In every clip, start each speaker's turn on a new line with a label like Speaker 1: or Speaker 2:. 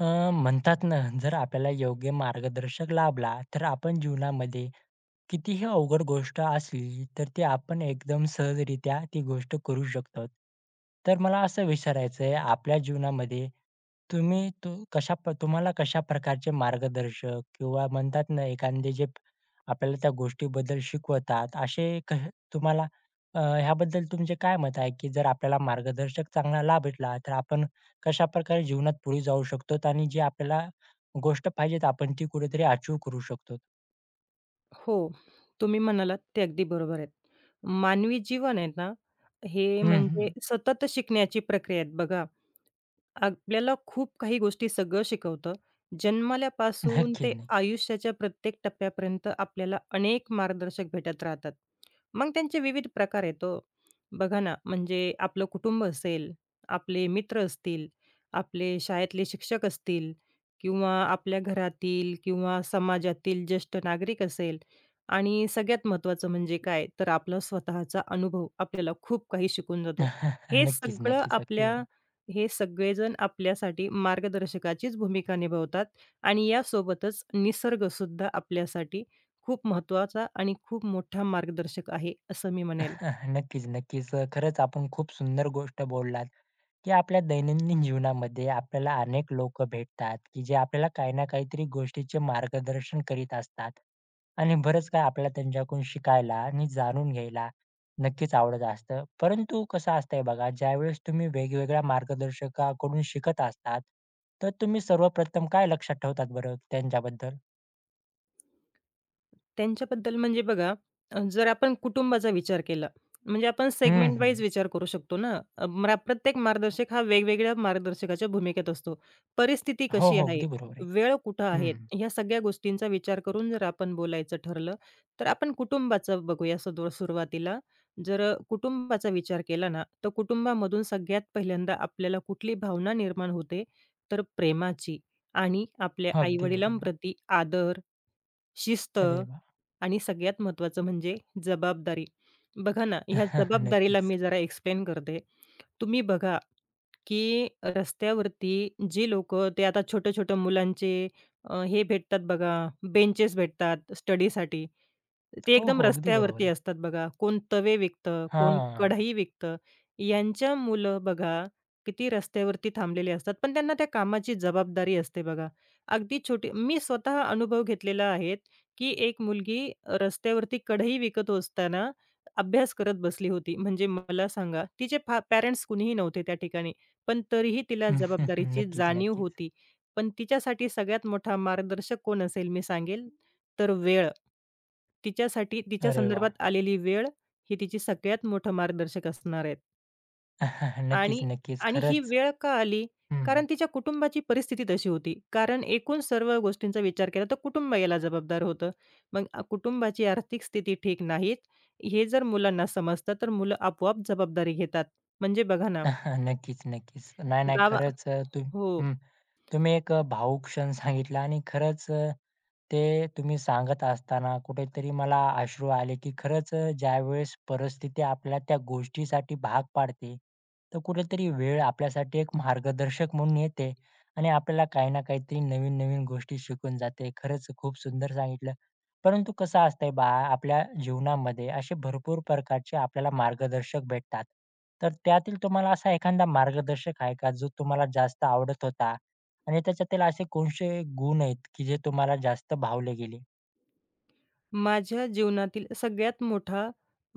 Speaker 1: अ, म्हणतात ना, जर आपल्याला योग्य मार्गदर्शक लाभला, तर आपण जीवनामध्ये कितीही अवघड गोष्ट असली, तर ती आपण एकदम सहजरित्या ती गोष्ट करू शकतो. तर मला असं विचारायचं आहे, आपल्या जीवनामध्ये तुम्ही तू कशा प तुम्हाला कशा प्रकारचे मार्गदर्शक किंवा म्हणतात ना, एखादे आपल्याला त्या गोष्टीबद्दल शिकवतात, असे क तुम्हाला ह्याबद्दल तुमचे काय मत आहे, की जर आपल्याला मार्गदर्शक चांगला लाभला, तर आपण कशाप्रकारे जीवनात पुढे जाऊ शकतो आणि जी आपल्याला गोष्ट पाहिजे, आपण ती कुठेतरी अचीव्ह करू शकतो?
Speaker 2: हो. तुम्ही म्हणालात ते अगदी बरोबर आहेत. मानवी जीवन आहे ना, हे
Speaker 1: हं,
Speaker 2: म्हणजे
Speaker 1: हं.
Speaker 2: सतत शिकण्याची प्रक्रिया आहे बघा. आपल्याला खूप काही गोष्टी सगळं शिकवतं. जन्मल्यापासून
Speaker 1: नक्कीच
Speaker 2: ते
Speaker 1: नाही.
Speaker 2: आयुष्याच्या प्रत्येक टप्प्यापर्यंत आपल्याला अनेक मार्गदर्शक भेटत राहतात. मग त्यांचे विविध प्रकार आहेत ओ. बघा ना, म्हणजे आपलं कुटुंब असेल, आपले मित्र असतील, आपले शाळेतले शिक्षक असतील किंवा आपल्या घरातील किंवा समाजातील ज्येष्ठ नागरिक असेल आणि सगळ्यात महत्त्वाचं म्हणजे काय, तर आपला स्वतःचा अनुभव आपल्याला खूप काही शिकून जातो. हे
Speaker 1: नक्कीच,
Speaker 2: सगळं
Speaker 1: नक्कीच. अगदी
Speaker 2: आपल्या
Speaker 1: बरोबर.
Speaker 2: हे सगळेजण आपल्यासाठी मार्गदर्शकाचीच भूमिका निभावतात आणि यासोबतच निसर्गसुद्धा आपल्यासाठी खूप महत्त्वाचा आणि खूप मोठा मार्गदर्शक आहे, असं मी म्हणेल.
Speaker 1: नक्कीच. खरंच आपण खूप सुंदर गोष्ट बोललात, की आपल्या दैनंदिन जीवनामध्ये आपल्याला अनेक लोकं भेटतात, की जे आपल्याला काही ना काहीतरी गोष्टीचे मार्गदर्शन करीत असतात. आणि बरंच काही आपल्याला त्यांच्याकडून शिकायला आणि जाणून घ्यायला नक्कीच आवडत असतं. परंतु कसं असतंय बघा, ज्यावेळेस तुम्ही वेगवेगळ्या मार्गदर्शकाकडून शिकत असतात, तर तुम्ही सर्वप्रथम काय लक्षात ठेवतात बरं त्यांच्याबद्दल?
Speaker 2: त्यांच्याबद्दल म्हणजे बघा, जर आपण कुटुंबाचा विचार केला, म्हणजे आपण
Speaker 1: हं,
Speaker 2: सेगमेंट वाईज
Speaker 1: हं.
Speaker 2: विचार करू शकतो ना. अ, म्रा प्रत्येक मार्गदर्शक हा वेगवेगळ्या मार्गदर्शकाच्या भूमिकेत असतो. परिस्थिती
Speaker 1: हो,
Speaker 2: कशी
Speaker 1: हो.
Speaker 2: आहे,
Speaker 1: अगदी बरोबर आहे.
Speaker 2: वेळ कुठं आहे,
Speaker 1: हं.
Speaker 2: ह्या सगळ्या गोष्टींचा विचार करून जर आपण बोलायचं ठरलं, तर आपण कुटुंबाचं बघूया सुरुवातीला. जर कुटुंबाचा विचार केला ना, तर कुटुंबामधून सगळ्यात पहिल्यांदा आपल्याला कुठली भावना निर्माण होते, तर प्रेमाची. आणि आपल्या
Speaker 1: अगदी बरोबर.
Speaker 2: आई-वडिलांप्रती आदर, शिस्त
Speaker 1: अरे वाह!
Speaker 2: आणि सगळ्यात महत्त्वाचं म्हणजे जबाबदारी. बघा ना, ह्या जबाबदारीला
Speaker 1: नक्कीच.
Speaker 2: मी जरा एक्सप्लेन करते. तुम्ही बघा, की रस्त्यावरती जी लोक ते आता छोट्या-छोट्या मुलांचे अ, हे भेटतात बघा, बेंचेस भेटतात स्टडीसाठी. ते
Speaker 1: हो,
Speaker 2: एकदम
Speaker 1: हो. अगदी बरोबर
Speaker 2: रस्त्यावरती
Speaker 1: आहे.
Speaker 2: असतात बघा. कोण तवे विकतं, कोण
Speaker 1: हां.
Speaker 2: कढई विकतं. यांच्या मुलं बघा किती रस्त्यावरती थांबलेले असतात. पण त्यांना त्या कामाची जबाबदारी असते बघा. अगदी छोटी मी स्वतः अनुभव घेतलेला आहे, की एक मुलगी रस्त्यावरती कढई विकत असताना अभ्यास करत बसली होती. म्हणजे मला सांगा, तिचे पॅरेंट्स कुणीही नव्हते त्या ठिकाणी. पण तरीही तिला जबाबदारीची
Speaker 1: नक्कीच,
Speaker 2: जाणीव
Speaker 1: नक्कीच.
Speaker 2: होती. पण तिच्यासाठी सगळ्यात मोठा मार्गदर्शक कोण असेल मी सांगेल, तर वेळ. तिच्यासाठी तिच्या
Speaker 1: अरे वाह!
Speaker 2: संदर्भात आलेली वेळ ही तिची सगळ्यात मोठं मार्गदर्शक असणार आहेत.
Speaker 1: नक्कीच,
Speaker 2: आणि
Speaker 1: नक्कीच.
Speaker 2: आणि ही
Speaker 1: खरंच.
Speaker 2: वेळ का आली?
Speaker 1: हं.
Speaker 2: कारण तिच्या कुटुंबाची परिस्थिती तशी होती. कारण एकूण सर्व गोष्टींचा विचार केला तर कुटुंब याला जबाबदार होतं. मग कुटुंबाची आर्थिक स्थिती ठीक नाहीत, हे जर मुलांना समजतं, तर मुलं आपोआप जबाबदारी घेतात. म्हणजे बघा ना,
Speaker 1: नक्कीच. नाही.
Speaker 2: गावा
Speaker 1: खरंच तू
Speaker 2: हो.
Speaker 1: हं. तुम्ही एक भावूक क्षण सांगितला आणि खरंच ते तुम्ही सांगत असताना कुठेतरी मला अश्रू आले, की खरंच ज्यावेळेस परिस्थिती आपल्याला त्या गोष्टीसाठी भाग पाडते, तर कुठेतरी वेळ आपल्यासाठी एक मार्गदर्शक म्हणून येते आणि आपल्याला काही ना काहीतरी नवीन-नवीन गोष्टी शिकून जाते. खरंच खूप सुंदर सांगितलं. परंतु कसं असतंय पहा आपल्या जीवनामध्ये असे भरपूर प्रकारचे आपल्याला मार्गदर्शक भेटतात. तर त्यातील तुम्हाला असा एखादा मार्गदर्शक आहे का जो तुम्हाला जास्त आवडत होता? आणि त्याच्यातील असे कोणते गुण आहेत की जे तुम्हाला जास्त भावले गेले?
Speaker 2: माझ्या जीवनातील सगळ्यात मोठा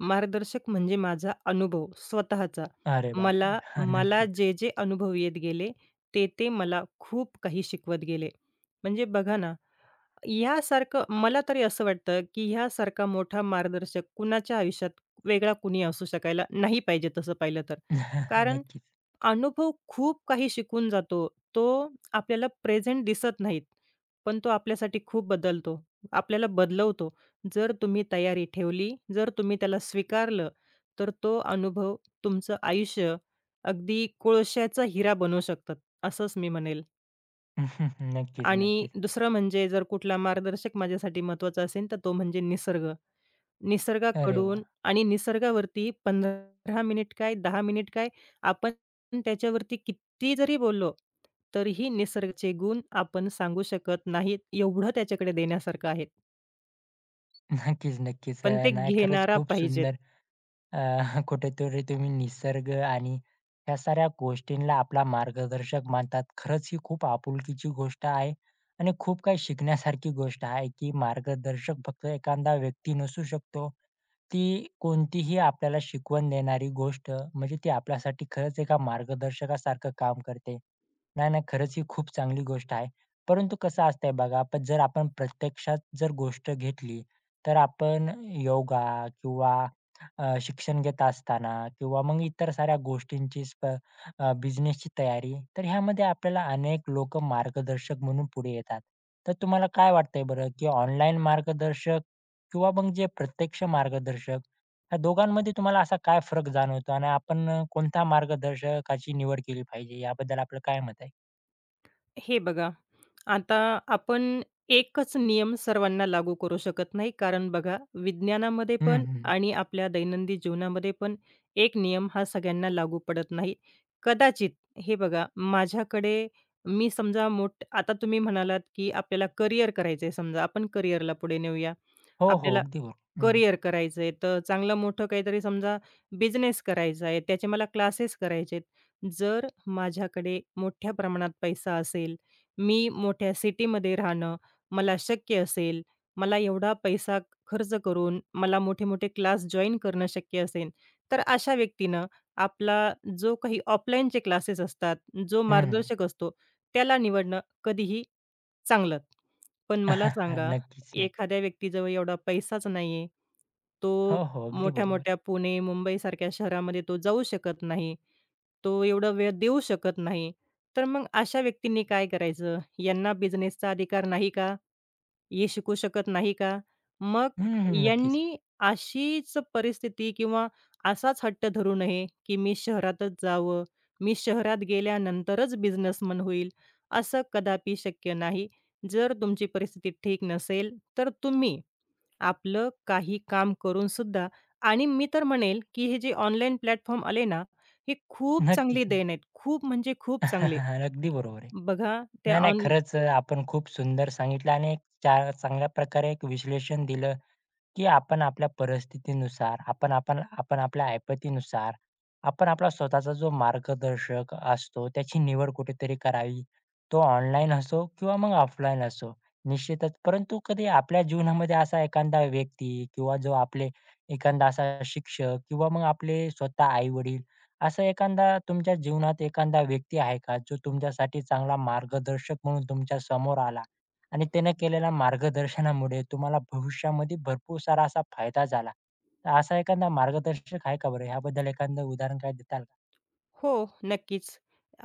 Speaker 2: मार्गदर्शक म्हणजे माझा अनुभव स्वतःचा.
Speaker 1: अरे बापरे!
Speaker 2: मला
Speaker 1: हां,
Speaker 2: मला
Speaker 1: नक्कीच.
Speaker 2: जे अनुभव येत गेले, ते मला खूप काही शिकवत गेले. म्हणजे बघा ना ह्यासारखं मला तरी असं वाटतं, की ह्यासारखा मोठा मार्गदर्शक कुणाच्या आयुष्यात वेगळा कुणी असू शकायला नाही पाहिजे तसं पाहिलं तर. कारण
Speaker 1: नक्कीच.
Speaker 2: अनुभव खूप काही शिकून जातो. तो आपल्याला प्रेझेंट दिसत नाहीत, पण तो आपल्यासाठी खूप बदलतो. आपल्याला बदलवतो. जर तुम्ही तयारी ठेवली, जर तुम्ही त्याला स्वीकारलं, तर तो अनुभव तुमचं आयुष्य अगदी कोळशाचा हिरा बनवू शकतात, असंच मी म्हणेल.
Speaker 1: नक्कीच,
Speaker 2: आणि
Speaker 1: नक्कीच.
Speaker 2: दुसरं म्हणजे जर कुठला मार्गदर्शक माझ्यासाठी महत्त्वाचा असेल, तर तो म्हणजे निसर्ग.
Speaker 1: अरे वाह!
Speaker 2: निसर्गाकडून आणि निसर्गावरती 15 मिनिट काय, 10 मिनिट काय, आपण त्याच्यावरती किती जरी बोललो, तरीही निसर्गाचे गुण आपण सांगू शकत नाहीत. एवढं त्याच्याकडे देण्यासारखं आहे.
Speaker 1: नक्कीच.
Speaker 2: पण ते
Speaker 1: नाही खरंच
Speaker 2: घेणारा
Speaker 1: खूप
Speaker 2: पाहिजेत.
Speaker 1: सुंदर अ, कुठेतरी तुम्ही निसर्ग आणि ह्या साऱ्या गोष्टींना आपला मार्गदर्शक मानतात. खरंच ही खूप आपुलकीची गोष्ट आहे आणि खूप काही शिकण्यासारखी गोष्ट आहे की मार्गदर्शक फक्त एखादा व्यक्ती नसू शकतो. ती कोणतीही आपल्याला शिकवण देणारी गोष्ट म्हणजे ती आपल्यासाठी खरंच एका मार्गदर्शकासारखं काम करते. नाही, खरंच ही खूप चांगली गोष्ट आहे. परंतु कसं असतंय बघा, पण जर आपण प्रत्यक्षात जर गोष्ट घेतली, तर आपण योगा किंवा शिक्षण घेत असताना किंवा मग इतर साऱ्या गोष्टींची स्प बिझनेसची तयारी, तर ह्यामध्ये आपल्याला अनेक लोकं मार्गदर्शक म्हणून पुढे येतात. तर तुम्हाला काय वाटतंय बरं, की ऑनलाईन मार्गदर्शक किंवा मग जे प्रत्यक्ष मार्गदर्शक, ह्या दोघांमध्ये तुम्हाला असा काय फरक जाणवतो आणि आपण कोणत्या मार्गदर्शकाची निवड केली पाहिजे याबद्दल आपलं काय मत आहे?
Speaker 2: हे बघा, आता आपण एकच नियम सर्वांना लागू करू शकत नाही. कारण बघा, विज्ञानामध्ये
Speaker 1: हं,
Speaker 2: पण
Speaker 1: हं.
Speaker 2: आणि आपल्या दैनंदिन जीवनामध्ये पण एक नियम हा सगळ्यांना लागू पडत नाही. कदाचित हे बघा, माझ्याकडे मी समजा मोठ आता तुम्ही म्हणालात, की आपल्याला करियर करायचंय समजा, आपण करियरला पुढे नेऊया.
Speaker 1: हो.
Speaker 2: आपल्याला
Speaker 1: अगदी बरोबर. हं.
Speaker 2: करियर करायचं आहे, तर चांगलं मोठं काहीतरी समजा बिझनेस करायचा आहे, त्याचे मला क्लासेस करायचे आहेत. जर माझ्याकडे मोठ्या प्रमाणात पैसा असेल, मी मोठ्या सिटीमध्ये राहणं मला शक्य असेल, मला एवढा पैसा खर्च करून मला मोठे-मोठे क्लास जॉइन करणं शक्य असेल, तर अशा व्यक्तीनं आपला जो काही ऑफलाईनचे क्लासेस असतात, जो
Speaker 1: हं.
Speaker 2: मार्गदर्शक असतो त्याला निवडणं कधीही चांगलं. पण मला सांगा
Speaker 1: नक्कीच.
Speaker 2: एखाद्या व्यक्तीजवळ एवढा पैसाच नाहीये. तो
Speaker 1: हो. अगदी बरोबर आहे.
Speaker 2: मोठ्या-मोठ्या पुणे, मुंबईसारख्या शहरामध्ये तो जाऊ शकत नाही. तो एवढा वेळ देऊ शकत नाही. तर मग अशा व्यक्तींनी काय करायचं? यांना बिझनेसचा अधिकार नाही का? हे शिकू शकत नाही का? मग
Speaker 1: हं. नक्कीच.
Speaker 2: यांनी अशीच परिस्थिती किंवा असाच हट्ट धरू नये, की मी शहरातच जावं, मी शहरात गेल्यानंतरच बिझनेसमन होईल, असं कदापि शक्य नाही. जर तुमची परिस्थिती ठीक नसेल, तर तुम्ही आपलं काही काम करून सुद्धा आणि मी तर म्हणेल, की हे जे ऑनलाईन प्लॅटफॉर्म आले ना, हे खूप
Speaker 1: नक्कीच.
Speaker 2: चांगली देण आहेत. खूप म्हणजे खूप चांगले.
Speaker 1: अगदी बरोबर आहे.
Speaker 2: बघा त्या
Speaker 1: नाही.
Speaker 2: ऑन
Speaker 1: खरंच आपण खूप सुंदर सांगितलं आणि एक चांगल्या प्रकारे एक विश्लेषण दिलं. की आपण आपल्या परिस्थितीनुसार, आपण आपण आपण आपल्या ऐपतीनुसार, आपण आपला स्वतःचा जो मार्गदर्शक असतो, त्याची निवड कुठेतरी करावी. तो ऑनलाईन असो किंवा मग ऑफलाईन असो. निश्चितच. परंतु कधी आपल्या जीवनामध्ये असा एखादा व्यक्ती किंवा जो आपले एखादा असा शिक्षक किंवा मग आपले स्वतः आई-वडील असा एखादा तुमच्या जीवनात एखादा व्यक्ती आहे का, जो तुमच्यासाठी चांगला मार्गदर्शक म्हणून तुमच्या समोर आला? आणि त्यानं केलेल्या मार्गदर्शनामुळे तुम्हाला भविष्यामध्ये भरपूर सारा असा फायदा झाला. तर असा एखादा मार्गदर्शक आहे का बरं? ह्याबद्दल एखादं उदाहरण काय देताल का?
Speaker 2: हो, नक्कीच.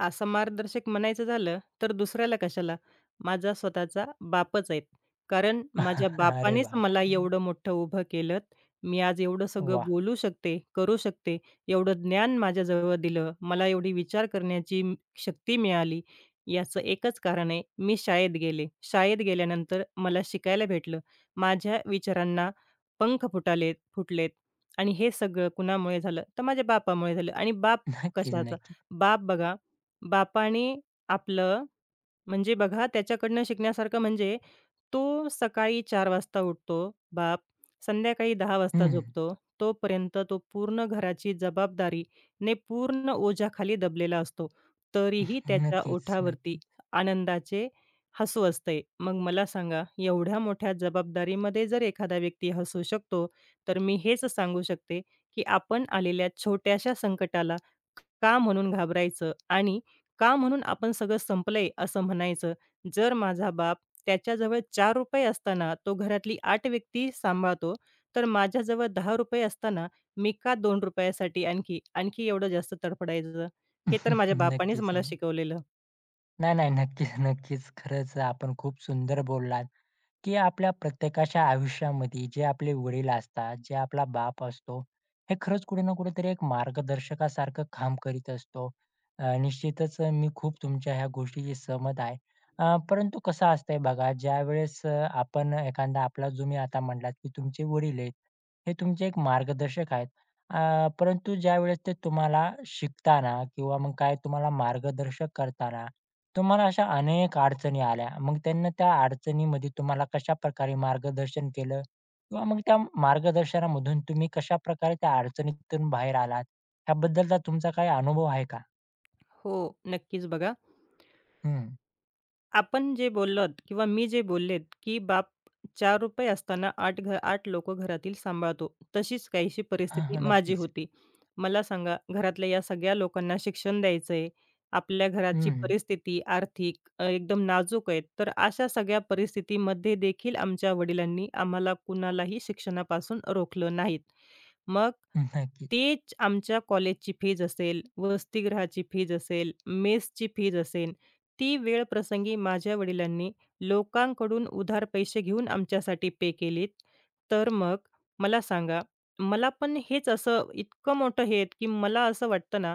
Speaker 2: असं मार्गदर्शक म्हणायचं झालं, तर दुसऱ्याला कशाला, माझा स्वतःचा बापच आहेत. कारण माझ्या
Speaker 1: अरे
Speaker 2: बापानेच मला
Speaker 1: बापरे!
Speaker 2: एवढं मोठं उभं केलंत. मी आज एवढं सगळं
Speaker 1: वाह!
Speaker 2: बोलू शकते, करू शकते, एवढं ज्ञान माझ्याजवळ दिलं, मला एवढी विचार करण्याची शक्ती मिळाली. याचं एकच कारण आहे, मी शाळेत गेले. शाळेत गेल्यानंतर मला शिकायला भेटलं. माझ्या विचारांना पंख फुटलेत आणि हे सगळं कुणामुळे झालं, तर माझ्या बापामुळे झालं आणि बाप
Speaker 1: नक्कीच,
Speaker 2: कशाचा?
Speaker 1: नक्कीच.
Speaker 2: बाप बघा, बापाने आपलं म्हणजे बघा त्याच्याकडनं शिकण्यासारखं म्हणजे तो सकाळी 4 वाजता उठतो बाप, संध्याकाळी 10 वाजता
Speaker 1: हं,
Speaker 2: झोपतो. तोपर्यंत तो पूर्ण घराची जबाबदारी पूर्ण ओझ्याखाली दबलेला असतो. तरीही त्याच्या
Speaker 1: नक्कीच,
Speaker 2: ओठावरती
Speaker 1: नक्कीच.
Speaker 2: आनंदाचे हसू असते. मग मला सांगा एवढ्या मोठ्या जबाबदारीमध्ये जर एखादा व्यक्ती हसू शकतो, तर मी हेच सांगू शकते, की आपण आलेल्या छोट्याशा संकटाला का म्हणून घाबरायचं आणि का म्हणून आपण सगळं संपलंय असं म्हणायचं. जर माझा बाप त्याच्याजवळ ₹4 असताना तो घरातली 8 व्यक्ती सांभाळतो, तर माझ्याजवळ ₹10 असताना मी का ₹2 साठी आणखी एवढं जास्त तडफडायचं? हे तर माझ्या बापानेच
Speaker 1: नक्कीच,
Speaker 2: मला
Speaker 1: नक्कीच.
Speaker 2: शिकवलेलं.
Speaker 1: नाही. नक्कीच. खरंच आपण खूप सुंदर बोललात. की आपल्या प्रत्येकाच्या आयुष्यामध्ये जे आपले वडील असतात, जे आपला बाप असतो, हे खरंच कुठे ना कुठेतरी एक मार्गदर्शकासारखं काम करीत असतो. निश्चितच मी खूप तुमच्या ह्या गोष्टीशी सहमत आहे. परंतु कसं असतंय बघा, ज्यावेळेस आपण एखादा आपला जो मी आता म्हटलात, की तुमचे वडील आहेत, हे तुमचे एक मार्गदर्शक आहेत. परंतु ज्यावेळेस ते तुम्हाला शिकताना किंवा मग काय तुम्हाला मार्गदर्शक करताना तुम्हाला अशा अनेक अडचणी आल्या. मग त्यांना त्या अडचणीमध्ये तुम्हाला कशाप्रकारे मार्गदर्शन केलं? किंवा मग त्या मार्गदर्शनामधून तुम्ही कशाप्रकारे त्या अडचणीतून बाहेर आलात? ह्याबद्दलचा तुमचा काही अनुभव आहे का?
Speaker 2: हो, नक्कीच बघा
Speaker 1: हं.
Speaker 2: आपण जे बोललात किंवा मी जे बोललेत, की "बाप ₹4 असताना 8 लोकं घरातील सांभाळतो." तशीच काहीशी
Speaker 1: हां,
Speaker 2: परिस्थिती
Speaker 1: हां.
Speaker 2: माझी
Speaker 1: नक्कीच.
Speaker 2: होती. मला सांगा, घरातल्या या सगळ्या लोकांना शिक्षण द्यायचं आहे. आपल्या
Speaker 1: हं,
Speaker 2: घराची
Speaker 1: हं.
Speaker 2: परिस्थिती आर्थिक एकदम नाजूक आहे. तर अशा सगळ्या परिस्थितीमध्ये देखील आमच्या वडिलांनी आम्हाला कुणालाही शिक्षणापासून रोखलं नाहीत. मग
Speaker 1: नक्कीच.
Speaker 2: तेच आमच्या कॉलेजची फीज असेल, वसतिगृहाची फीज असेल, मेसची फीज असेल ती वेळ प्रसंगी माझ्या वडिलांनी लोकांकडून उधार पैसे घेऊन आमच्यासाठी पे केलेत. तर मग मला सांगा, मला पण हेच असं इतकं मोठं हे आहेत, की मला असं वाटतं ना,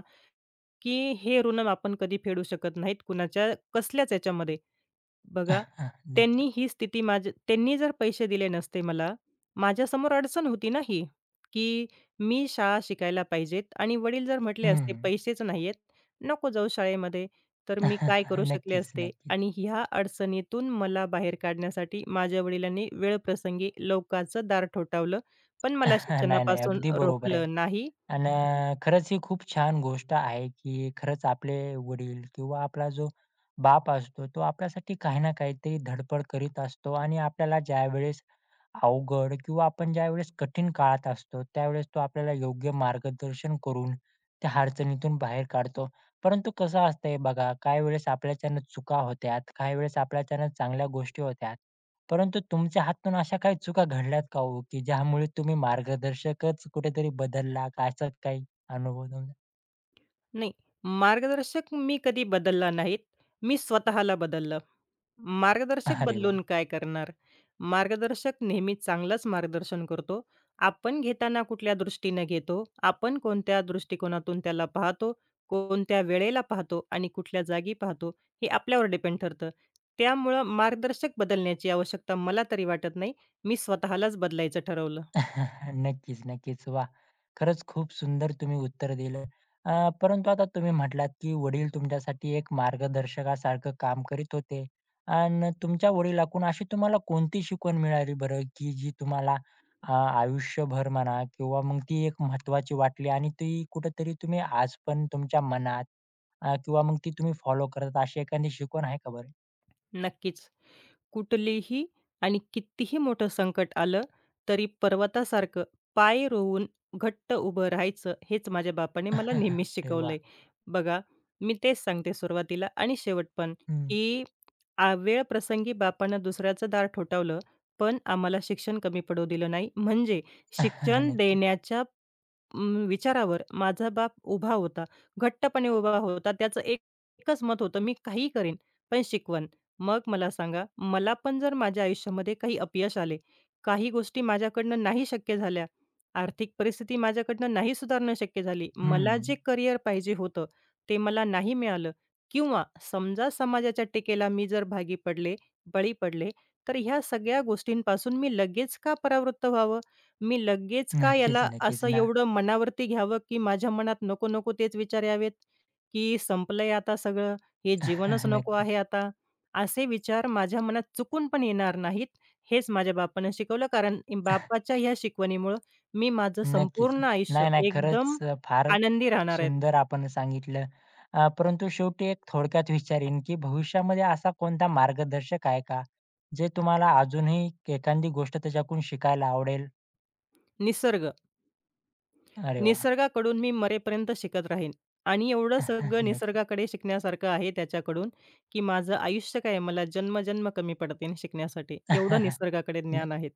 Speaker 2: की हे ऋण आपण कधी फेडू शकत नाहीत कुणाच्या कसल्याच याच्यामध्ये. बघा,
Speaker 1: नक्की.
Speaker 2: त्यांनी ही स्थिती माझ त्यांनी जर पैसे दिले नसते मला, माझ्यासमोर अडचण होती ना ही, की मी शाळा शिकायला पाहिजेत आणि वडील जर म्हटले असते, "पैसेच नाहीयेत, नको जाऊ शाळेमध्ये." तर मी काय करू शकले
Speaker 1: नक्कीच,
Speaker 2: असते?
Speaker 1: नक्कीच.
Speaker 2: आणि ह्या अडचणीतून मला बाहेर काढण्यासाठी माझ्या वडिलांनी वेळप्रसंगी टोकाचं दार ठोठावलं, पण मला
Speaker 1: नाही.
Speaker 2: शिक्षणापासून
Speaker 1: अगदी बरोबर आहे.
Speaker 2: रोखलं नाही.
Speaker 1: आणि खरंच ही खूप छान गोष्ट आहे, की खरंच आपले वडील किंवा आपला जो बाप असतो, तो आपल्यासाठी काही ना काहीतरी धडपड करीत असतो आणि आपल्याला ज्यावेळेस अवघड किंवा आपण ज्यावेळेस कठीण काळात असतो, त्यावेळेस तो आपल्याला योग्य मार्गदर्शन करून त्या अडचणीतून बाहेर काढतो. परंतु कसं असतंय बघा, काही वेळेस आपल्याच्यानं चुका होतात, काही वेळेस आपल्याच्यानं चांगल्या गोष्टी होतात. परंतु तुमच्या हातून अशा काही चुका घडल्यात का हो, की ज्यामुळे तुम्ही मार्गदर्शकच कुठेतरी बदलला का? असं काही अनुभव तुमचा?
Speaker 2: नाही, मार्गदर्शक मी कधी बदलला नाहीत, मी स्वतःला बदललं. मार्गदर्शक
Speaker 1: अरे वाह!
Speaker 2: बदलून काय करणार? मार्गदर्शक नेहमी चांगलंच मार्गदर्शन करतो. आपण घेताना कुठल्या दृष्टीने घेतो, आपण कोणत्या दृष्टिकोनातून त्याला पाहतो, कोणत्या वेळेला पाहतो आणि कुठल्या जागी पाहतो, हे आपल्यावर डिपेंड ठरतं. त्यामुळं मार्गदर्शक बदलण्याची आवश्यकता मला तरी वाटत नाही. मी स्वतःलाच बदलायचं ठरवलं.
Speaker 1: नक्कीच. वाह! खरंच खूप सुंदर तुम्ही उत्तर दिलं. परंतु आता तुम्ही म्हटलात, की वडील तुमच्यासाठी एक मार्गदर्शकासारखं काम करीत होते अन् तुमच्या वडिलांकडून अशी तुम्हाला कोणती शिकवण मिळाली बरं, की जी तुम्हाला अ, आयुष्यभर म्हणा किंवा मग ती एक महत्त्वाची वाटली आणि ती कुठेतरी तुम्ही आज पण तुमच्या मनात किंवा मग ती तुम्ही फॉलो करता अशी एखादी शिकवण आहे का बरं?
Speaker 2: नक्कीच. कुठलेही आणि कितीही मोठं संकट आलं, तरी पर्वतासारखं पाय रोवून घट्ट उभं राहायचं, हेच माझ्या बापाने मला नेहमीच
Speaker 1: अरे वाह!
Speaker 2: शिकवलंय. बघा, मी तेच सांगते सुरुवातीला आणि शेवट पण,
Speaker 1: हं.
Speaker 2: की वेळ प्रसंगी बापानं दुसऱ्याचं दार ठोठावलं, पण आम्हाला शिक्षण कमी पडू दिलं नाही. म्हणजे शिक्षण
Speaker 1: नक्कीच.
Speaker 2: देण्याच्या विचारावर माझा बाप उभा होता. घट्टपणे उभा होता. त्याचं एक एकच मत होतं, "मी काहीही करीन, पण शिकवण." मग मला सांगा, मला पण जर माझ्या आयुष्यामध्ये काही अपयश आले, काही गोष्टी माझ्याकडनं नाही शक्य झाल्या, आर्थिक परिस्थिती माझ्याकडनं नाही सुधारणं शक्य झाली, मला
Speaker 1: हं.
Speaker 2: जे करिअर पाहिजे होतं, ते मला नाही मिळालं किंवा समजा समाजाच्या टीकेला मी जर भागी पडले, बळी पडले, तर ह्या सगळ्या गोष्टींपासून मी लगेच का परावृत्त व्हावं? मी लगेच का
Speaker 1: नक्कीच,
Speaker 2: याला
Speaker 1: नक्कीच
Speaker 2: असं
Speaker 1: ना.
Speaker 2: एवढं मनावरती घ्यावं, की माझ्या मनात नको-नको तेच विचार यावेत, की संपलंय आता सगळं, हे जीवनच नको
Speaker 1: नक्कीच.
Speaker 2: आहे आता? असे विचार माझ्या मनात चुकून पण येणार नाहीत, हेच माझ्या बापानं शिकवलं. कारण बापाच्या ह्या शिकवणीमुळं मी माझं
Speaker 1: नक्कीच.
Speaker 2: संपूर्ण आयुष्य
Speaker 1: नाही. खरंच
Speaker 2: एकदम
Speaker 1: फार
Speaker 2: आनंदी राहणार आहे.
Speaker 1: सुंदर आपण सांगितलं. परंतु शेवटी एक थोडक्यात विचारीन, की भविष्यामध्ये असा कोणता मार्गदर्शक आहे का, जे तुम्हाला अजूनही एखादी गोष्ट त्याच्याकडून शिकायला आवडेल?
Speaker 2: निसर्ग,
Speaker 1: अरे वाह!
Speaker 2: निसर्गाकडून मी मरेपर्यंत शिकत राहीन आणि एवढं सगळं
Speaker 1: नक्कीच.
Speaker 2: निसर्गाकडे शिकण्यासारखं आहे त्याच्याकडून, की माझं आयुष्य काय मला जन्म-जन्म कमी पडतील शिकण्यासाठी. एवढं निसर्गाकडे ज्ञान
Speaker 1: नक्कीच,
Speaker 2: आहे.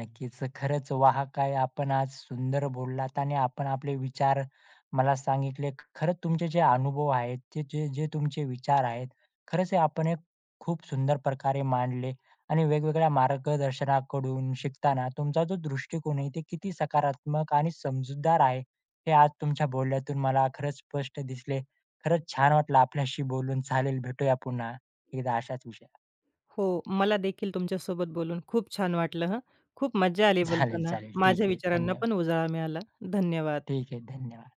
Speaker 1: नक्कीच. खरंच वाह! काय आपण आज सुंदर बोललात आणि आपण आपले विचार मला सांगितले. खरंच तुमचे जे अनुभव आहेत, ते जे जे तुमचे विचार आहेत, खरंच हे आपण एक खूप सुंदर प्रकारे मांडले आणि वेगवेगळ्या मार्गदर्शनाकडून शिकताना तुमचा जो दृष्टिकोन आहे, ते किती सकारात्मक आणि समजूतदार आहे, हे आज तुमच्या बोलण्यातून मला खरंच स्पष्ट दिसले. खरंच छान वाटलं आपल्याशी बोलून. चालेल, भेटूया पुन्हा एकदा अशाच विषयावर.
Speaker 2: हो, मला देखील तुमच्यासोबत बोलून खूप छान वाटलं हं. खूप मज्जा आली
Speaker 1: चालेल,
Speaker 2: बोलताना.
Speaker 1: चालेल.
Speaker 2: माझ्या
Speaker 1: ठीक आहे.
Speaker 2: विचारांना
Speaker 1: धन्यवाद.
Speaker 2: पण उजाळा मिळाला. धन्यवाद.
Speaker 1: ठीक आहे. धन्यवाद.